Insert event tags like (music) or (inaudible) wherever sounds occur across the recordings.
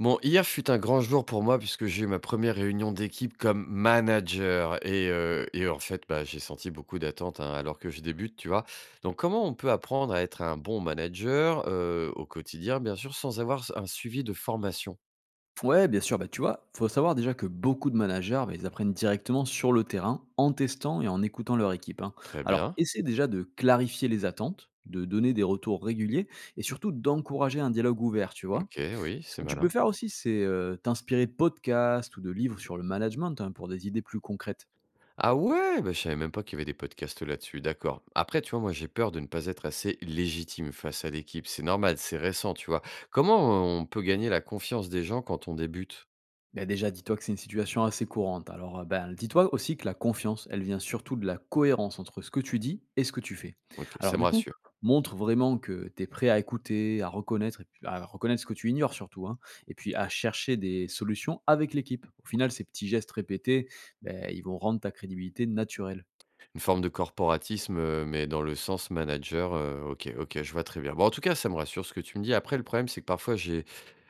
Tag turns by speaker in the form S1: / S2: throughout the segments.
S1: Bon, hier fut un grand jour pour moi puisque j'ai eu ma première réunion d'équipe comme manager et en fait, bah, j'ai senti beaucoup d'attentes, hein, alors que je débute, tu vois? Donc comment on peut apprendre à être un bon manager, au quotidien, bien sûr, sans avoir s un suivi de formation?
S2: Ouais, bien sûr. Bah, tu vois, faut savoir déjà que beaucoup de managers, bah, ils apprennent directement sur le terrain, en testant et en écoutant leur équipe, hein.
S1: Très
S2: Alors,
S1: bien.
S2: essaie déjà de clarifier les attentes, de donner des retours réguliers et surtout d'encourager un dialogue ouvert, tu vois.
S1: OK, oui,
S2: Ce
S1: c'est
S2: que tu peux
S1: malin.
S2: faire aussi, c'est t'inspirer de podcasts ou de livres sur le management, hein, pour des idées plus concrètes.
S1: Ah ouais! Bah, je savais même pas qu'il y avait des podcasts là-dessus, d'accord. Après, tu vois, moi, j'ai peur de ne pas être assez légitime face à l'équipe. C'est normal, c'est récent, tu vois? Comment on peut gagner la confiance des gens quand on débute?
S2: Bah, déjà, dis-toi que c'est une situation assez courante. Alors, ben, dis-toi aussi que la confiance, elle vient surtout de la cohérence entre ce que tu dis et ce que tu fais.
S1: OK,
S2: Alors,
S1: ça me
S2: du coup,
S1: rassure.
S2: montre vraiment que tu es prêt à écouter, à reconnaître, et puis à reconnaître ce que tu ignores surtout, hein, et puis à chercher des solutions avec l'équipe. Au final, ces petits gestes répétés, ben, ils vont rendre ta crédibilité naturelle.
S1: Une forme de corporatisme, mais dans le sens manager, OK, OK, je vois très bien. Bon, en tout cas, ça me rassure ce que tu me dis. Après, le problème, c'est que parfois, j'ai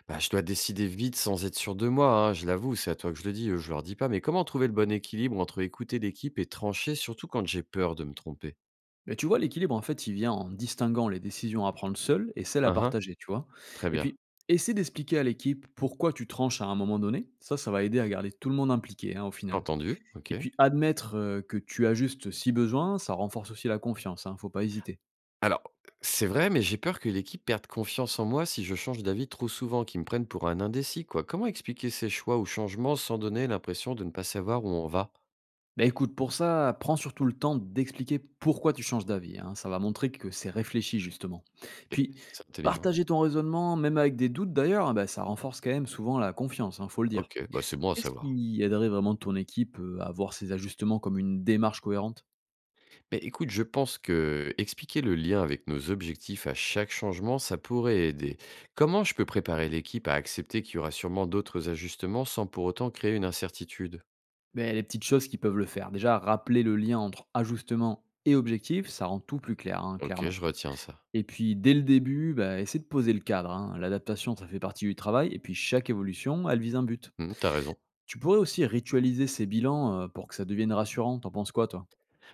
S1: bah, je dois décider vite sans être sûr de moi, hein, je l'avoue, c'est à toi que je le dis, je leur dis pas, mais comment trouver le bon équilibre entre écouter l'équipe et trancher, surtout quand j'ai peur de me tromper?
S2: Mais tu vois, l'équilibre, en fait, il vient en distinguant les décisions à prendre seul et celles à
S1: Hein, hein,
S2: partager, tu vois.
S1: très
S2: Et
S1: bien.
S2: puis, essaie d'expliquer à l'équipe pourquoi tu tranches à un moment donné. Ça va aider à garder tout le monde impliqué, hein, au final.
S1: Entendu,
S2: Et
S1: OK.
S2: puis, admettre que tu ajustes si besoin, ça renforce aussi la confiance, hein, faut pas hésiter.
S1: Alors, c'est vrai, mais j'ai peur que l'équipe perde confiance en moi si je change d'avis trop souvent, qu'ils me prennent pour un indécis, quoi. Comment expliquer ces choix ou changements sans donner l'impression de ne pas savoir où on va?
S2: Bah écoute, pour ça, prends surtout le temps d'expliquer pourquoi tu changes d'avis, hein. Ça va montrer que c'est réfléchi, justement.
S1: OK,
S2: Puis,
S1: c'est intelligent.
S2: partager ton raisonnement, même avec des doutes d'ailleurs, bah, ça renforce quand même souvent la confiance, hein, faut le dire.
S1: OK, bah, c'est bon à
S2: Qu'est-ce
S1: savoir.
S2: qui aiderait vraiment ton équipe, à voir ces ajustements comme une démarche cohérente?
S1: Mais écoute, je pense que expliquer le lien avec nos objectifs à chaque changement, ça pourrait aider. Comment je peux préparer l'équipe à accepter qu'il y aura sûrement d'autres ajustements sans pour autant créer une incertitude?
S2: Ben les petites choses qui peuvent le faire. Déjà, rappeler le lien entre ajustement et objectif, ça rend tout plus clair, hein,
S1: OK,
S2: clairement.
S1: je retiens ça.
S2: Et puis, dès le début, bah, essayer de poser le cadre, hein. L'adaptation, ça fait partie du travail et puis chaque évolution, elle vise un but.
S1: Mmh, t'as raison.
S2: Tu pourrais aussi ritualiser ces bilans, pour que ça devienne rassurant. T'en penses quoi, toi?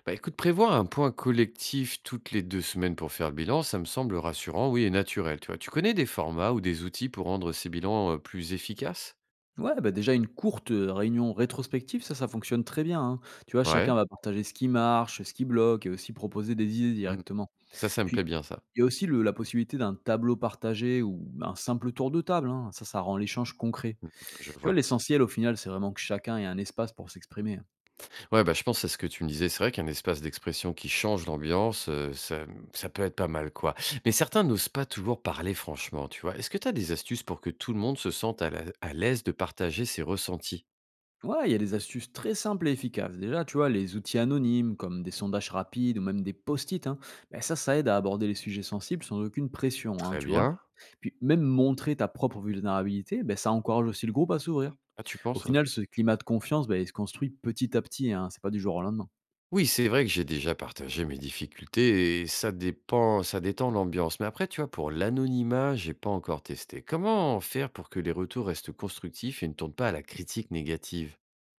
S1: Bah écoute, prévoir un point collectif toutes les deux semaines pour faire le bilan, ça me semble rassurant, oui, et naturel, tu vois. Tu connais des formats ou des outils pour rendre ces bilans plus efficaces?
S2: Ouais, bah, déjà une courte, réunion rétrospective, ça fonctionne très bien, hein. Tu vois, chacun
S1: Ouais.
S2: va partager ce qui marche, ce qui bloque et aussi proposer des idées
S1: Mmh.
S2: directement.
S1: Ça me
S2: Puis
S1: plaît bien, ça.
S2: il y a aussi le la possibilité d'un tableau partagé ou un simple tour de table, hein, ça rend l'échange concret.
S1: Je
S2: Tu vois,
S1: vois.
S2: l'essentiel au final, c'est vraiment que chacun ait un espace pour s'exprimer, hein.
S1: Ouais, bah, je pense que c'est ce que tu me disais. C'est vrai qu'un espace d'expression qui change l'ambiance, ça, mmh, ça peut être pas mal, quoi. Mais certains n'osent pas toujours parler franchement, tu vois? Est-ce que tu as des astuces pour que tout le monde se sente à l'aise de partager ses ressentis?
S2: Ouais, il y a des astuces très simples et efficaces. Déjà, tu vois, les outils anonymes comme des sondages rapides ou même des post-it, hein, ben ça aide à aborder les sujets sensibles sans aucune pression, hein,
S1: Très
S2: tu vois.
S1: bien.
S2: Puis même montrer ta propre vulnérabilité, ben ça encourage aussi le groupe à s'ouvrir.
S1: Ah, tu
S2: Au
S1: penses? OK.
S2: final, ce climat de confiance, ben, il se construit petit à petit, hein, c'est pas du jour au lendemain.
S1: Oui, c'est vrai que j'ai déjà partagé mes difficultés et ça détend l'ambiance. Mais après, tu vois, pour l'anonymat, j'ai pas encore testé. Comment faire pour que les retours restent constructifs et ne tournent pas à la critique négative?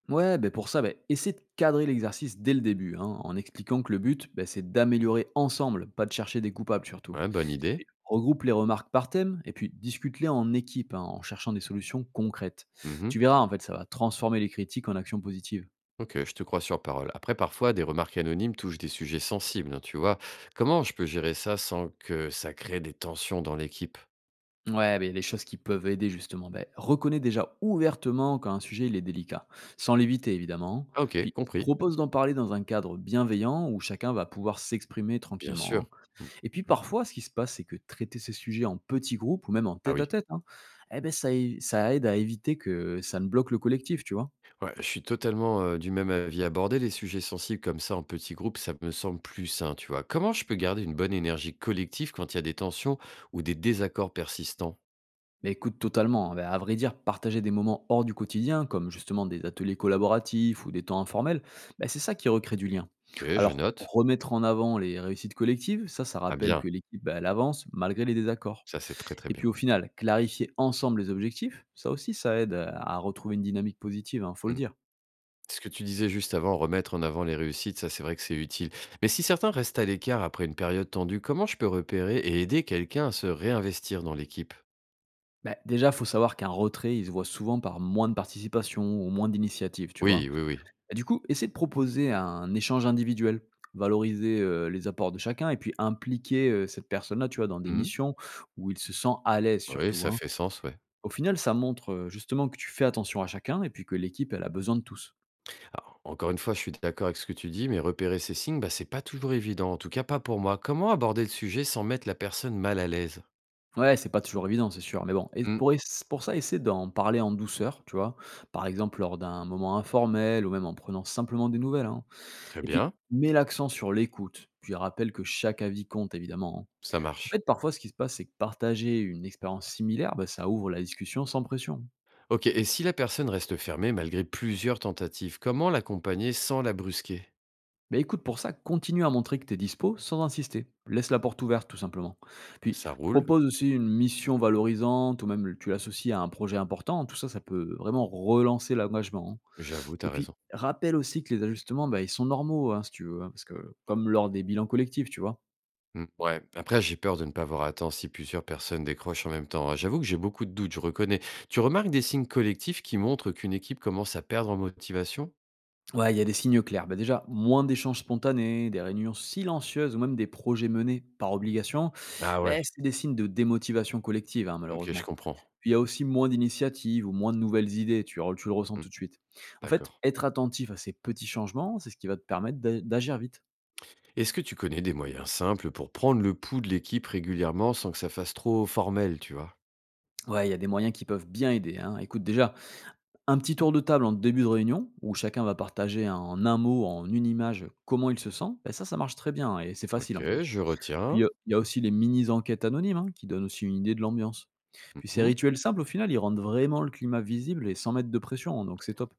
S2: Ouais, ben pour ça, ben, essaie de cadrer l'exercice dès le début, hein, en expliquant que le but, ben, c'est d'améliorer ensemble, pas de chercher des coupables surtout.
S1: Ouais, bonne idée.
S2: Et regroupe les remarques par thème et puis discute-les en équipe, hein, en cherchant des solutions concrètes.
S1: Mmh.
S2: Tu verras, en fait, ça va transformer les critiques en actions positives.
S1: OK, je te crois sur parole. Après, parfois, des remarques anonymes touchent des sujets sensibles, hein, tu vois. Comment je peux gérer ça sans que ça crée des tensions dans l'équipe?
S2: Ouais, ben, les choses qui peuvent aider justement. Ben, reconnais déjà ouvertement quand un sujet il est délicat, sans l'éviter évidemment.
S1: Ah, OK,
S2: Puis
S1: compris.
S2: propose d'en parler dans un cadre bienveillant où chacun va pouvoir s'exprimer
S1: Bien sûr.
S2: tranquillement, hein.
S1: Hmm.
S2: Et puis parfois, ce qui se passe, c'est que traiter ces sujets en petits groupes ou même en
S1: Ah oui.
S2: tête-à-tête, hein, eh ben ça aide à éviter que ça ne bloque le collectif, tu vois?
S1: Ouais, je suis totalement du même avis. Aborder les sujets sensibles comme ça en petits groupes, ça me semble plus sain, tu vois. Comment je peux garder une bonne énergie collective quand il y a des tensions ou des désaccords persistants?
S2: Bah, écoute, totalement, bah, à vrai dire, partager des moments hors du quotidien, comme justement des ateliers collaboratifs ou des temps informels, bah, c'est ça qui recrée du lien.
S1: Ok, je
S2: Alors,
S1: note.
S2: remettre en avant les réussites collectives, ça
S1: Ah
S2: rappelle
S1: bien,
S2: que l'équipe, bah, elle avance malgré les désaccords.
S1: ça c'est très très
S2: Et puis
S1: bien.
S2: au final, clarifier ensemble les objectifs, ça aussi, ça aide, à retrouver une dynamique positive, hein, faut le
S1: Mmh.
S2: dire.
S1: Ce que tu disais juste avant, remettre en avant les réussites, ça c'est vrai que c'est utile. Mais si certains restent à l'écart après une période tendue, comment je peux repérer et aider quelqu'un à se réinvestir dans l'équipe?
S2: Bah, déjà, faut savoir qu'un retrait, il se voit souvent par moins de participation ou moins d'initiative, tu vois.
S1: Oui, oui, oui.
S2: Et du coup, essaie de proposer un échange individuel, valoriser les apports de chacun et puis impliquer cette personne-là, tu vois, dans des
S1: Hmm,
S2: missions où il se sent à l'aise
S1: oui,
S2: surtout,
S1: ça
S2: hein.
S1: fait sens, ouais.
S2: Au final, ça montre justement que tu fais attention à chacun et puis que l'équipe, elle a besoin de tous.
S1: Alors, encore une fois, je suis d'accord avec ce que tu dis, mais repérer ces signes, bah, c'est pas toujours évident, en tout cas pas pour moi. Comment aborder le sujet sans mettre la personne mal à l'aise?
S2: Ouais, c'est pas toujours évident, c'est sûr. Mais bon,
S1: Hmm.
S2: pour ça, essaie d'en parler en douceur, tu vois. Par exemple, lors d'un moment informel ou même en prenant simplement des nouvelles, hein.
S1: Très
S2: Et puis,
S1: bien,
S2: mets l'accent sur l'écoute, puis rappelle que chaque avis compte évidemment, hein.
S1: ça
S2: En
S1: marche.
S2: fait, parfois, ce qui se passe, c'est que partager une expérience similaire, bah, ça ouvre la discussion sans pression.
S1: Ok, et si la personne reste fermée malgré plusieurs tentatives, comment l'accompagner sans la brusquer?
S2: Bah écoute, pour ça, continue à montrer que tu es dispo sans insister. Laisse la porte ouverte, tout simplement. Puis,
S1: Ça roule,
S2: propose aussi une mission valorisante ou même tu l'associes à un projet important. Tout ça, ça peut vraiment relancer l'engagement, hein.
S1: j'avoue, t'as
S2: Et puis,
S1: raison.
S2: rappelle aussi que les ajustements, bah, ils sont normaux, hein, si tu veux, hein, parce que comme lors des bilans collectifs, tu vois.
S1: Mmh, ouais, après j'ai peur de ne pas voir à temps si plusieurs personnes décrochent en même temps, hein. J'avoue que j'ai beaucoup de doutes, je reconnais. Tu remarques des signes collectifs qui montrent qu'une équipe commence à perdre en motivation?
S2: Ouais, il y a des signaux clairs. Bah déjà, moins d'échanges spontanés, des réunions silencieuses ou même des projets menés par obligation,
S1: Ah
S2: bah,
S1: ouais,
S2: c'est des signes de démotivation collective, hein,
S1: ok, je
S2: malheureusement.
S1: comprends.
S2: Puis il y a aussi moins d'initiatives ou moins de nouvelles idées, tu le ressens tout
S1: Mmh,
S2: de suite. En fait,
S1: d'accord.
S2: être attentif à ces petits changements, c'est ce qui va te permettre d'agir vite.
S1: Est-ce que tu connais des moyens simples pour prendre le pouls de l'équipe régulièrement sans que ça fasse trop formel, tu vois?
S2: Ouais, il y a des moyens qui peuvent bien aider, hein. Écoute, déjà, un petit tour de table en début de réunion, où chacun va partager en un mot, en une image, comment il se sent, bah, ça marche très bien et c'est facile
S1: Ok,
S2: en plus.
S1: je
S2: Puis il y
S1: retiens.
S2: a aussi les mini enquêtes anonymes, hein, qui donnent aussi une idée de l'ambiance. Puis ces
S1: Mhm.
S2: rituels simples, au final, ils rendent vraiment le climat visible et sans mettre de pression, hein, donc c'est top.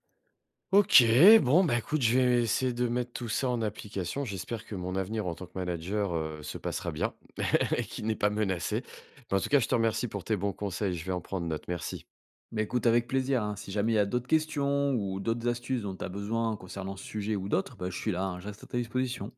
S1: OK, bon, bah, écoute, je vais essayer de mettre tout ça en application. J'espère que mon avenir en tant que manager, se passera bien (laughs) et qu'il n'est pas menacé. Mais en tout cas, je te remercie pour tes bons conseils. Je vais en prendre note. Merci.
S2: Mais écoute avec plaisir, hein, si jamais il y a d'autres questions ou d'autres astuces dont tu as besoin concernant ce sujet ou d'autres, bah, je suis là, hein, je reste à ta disposition.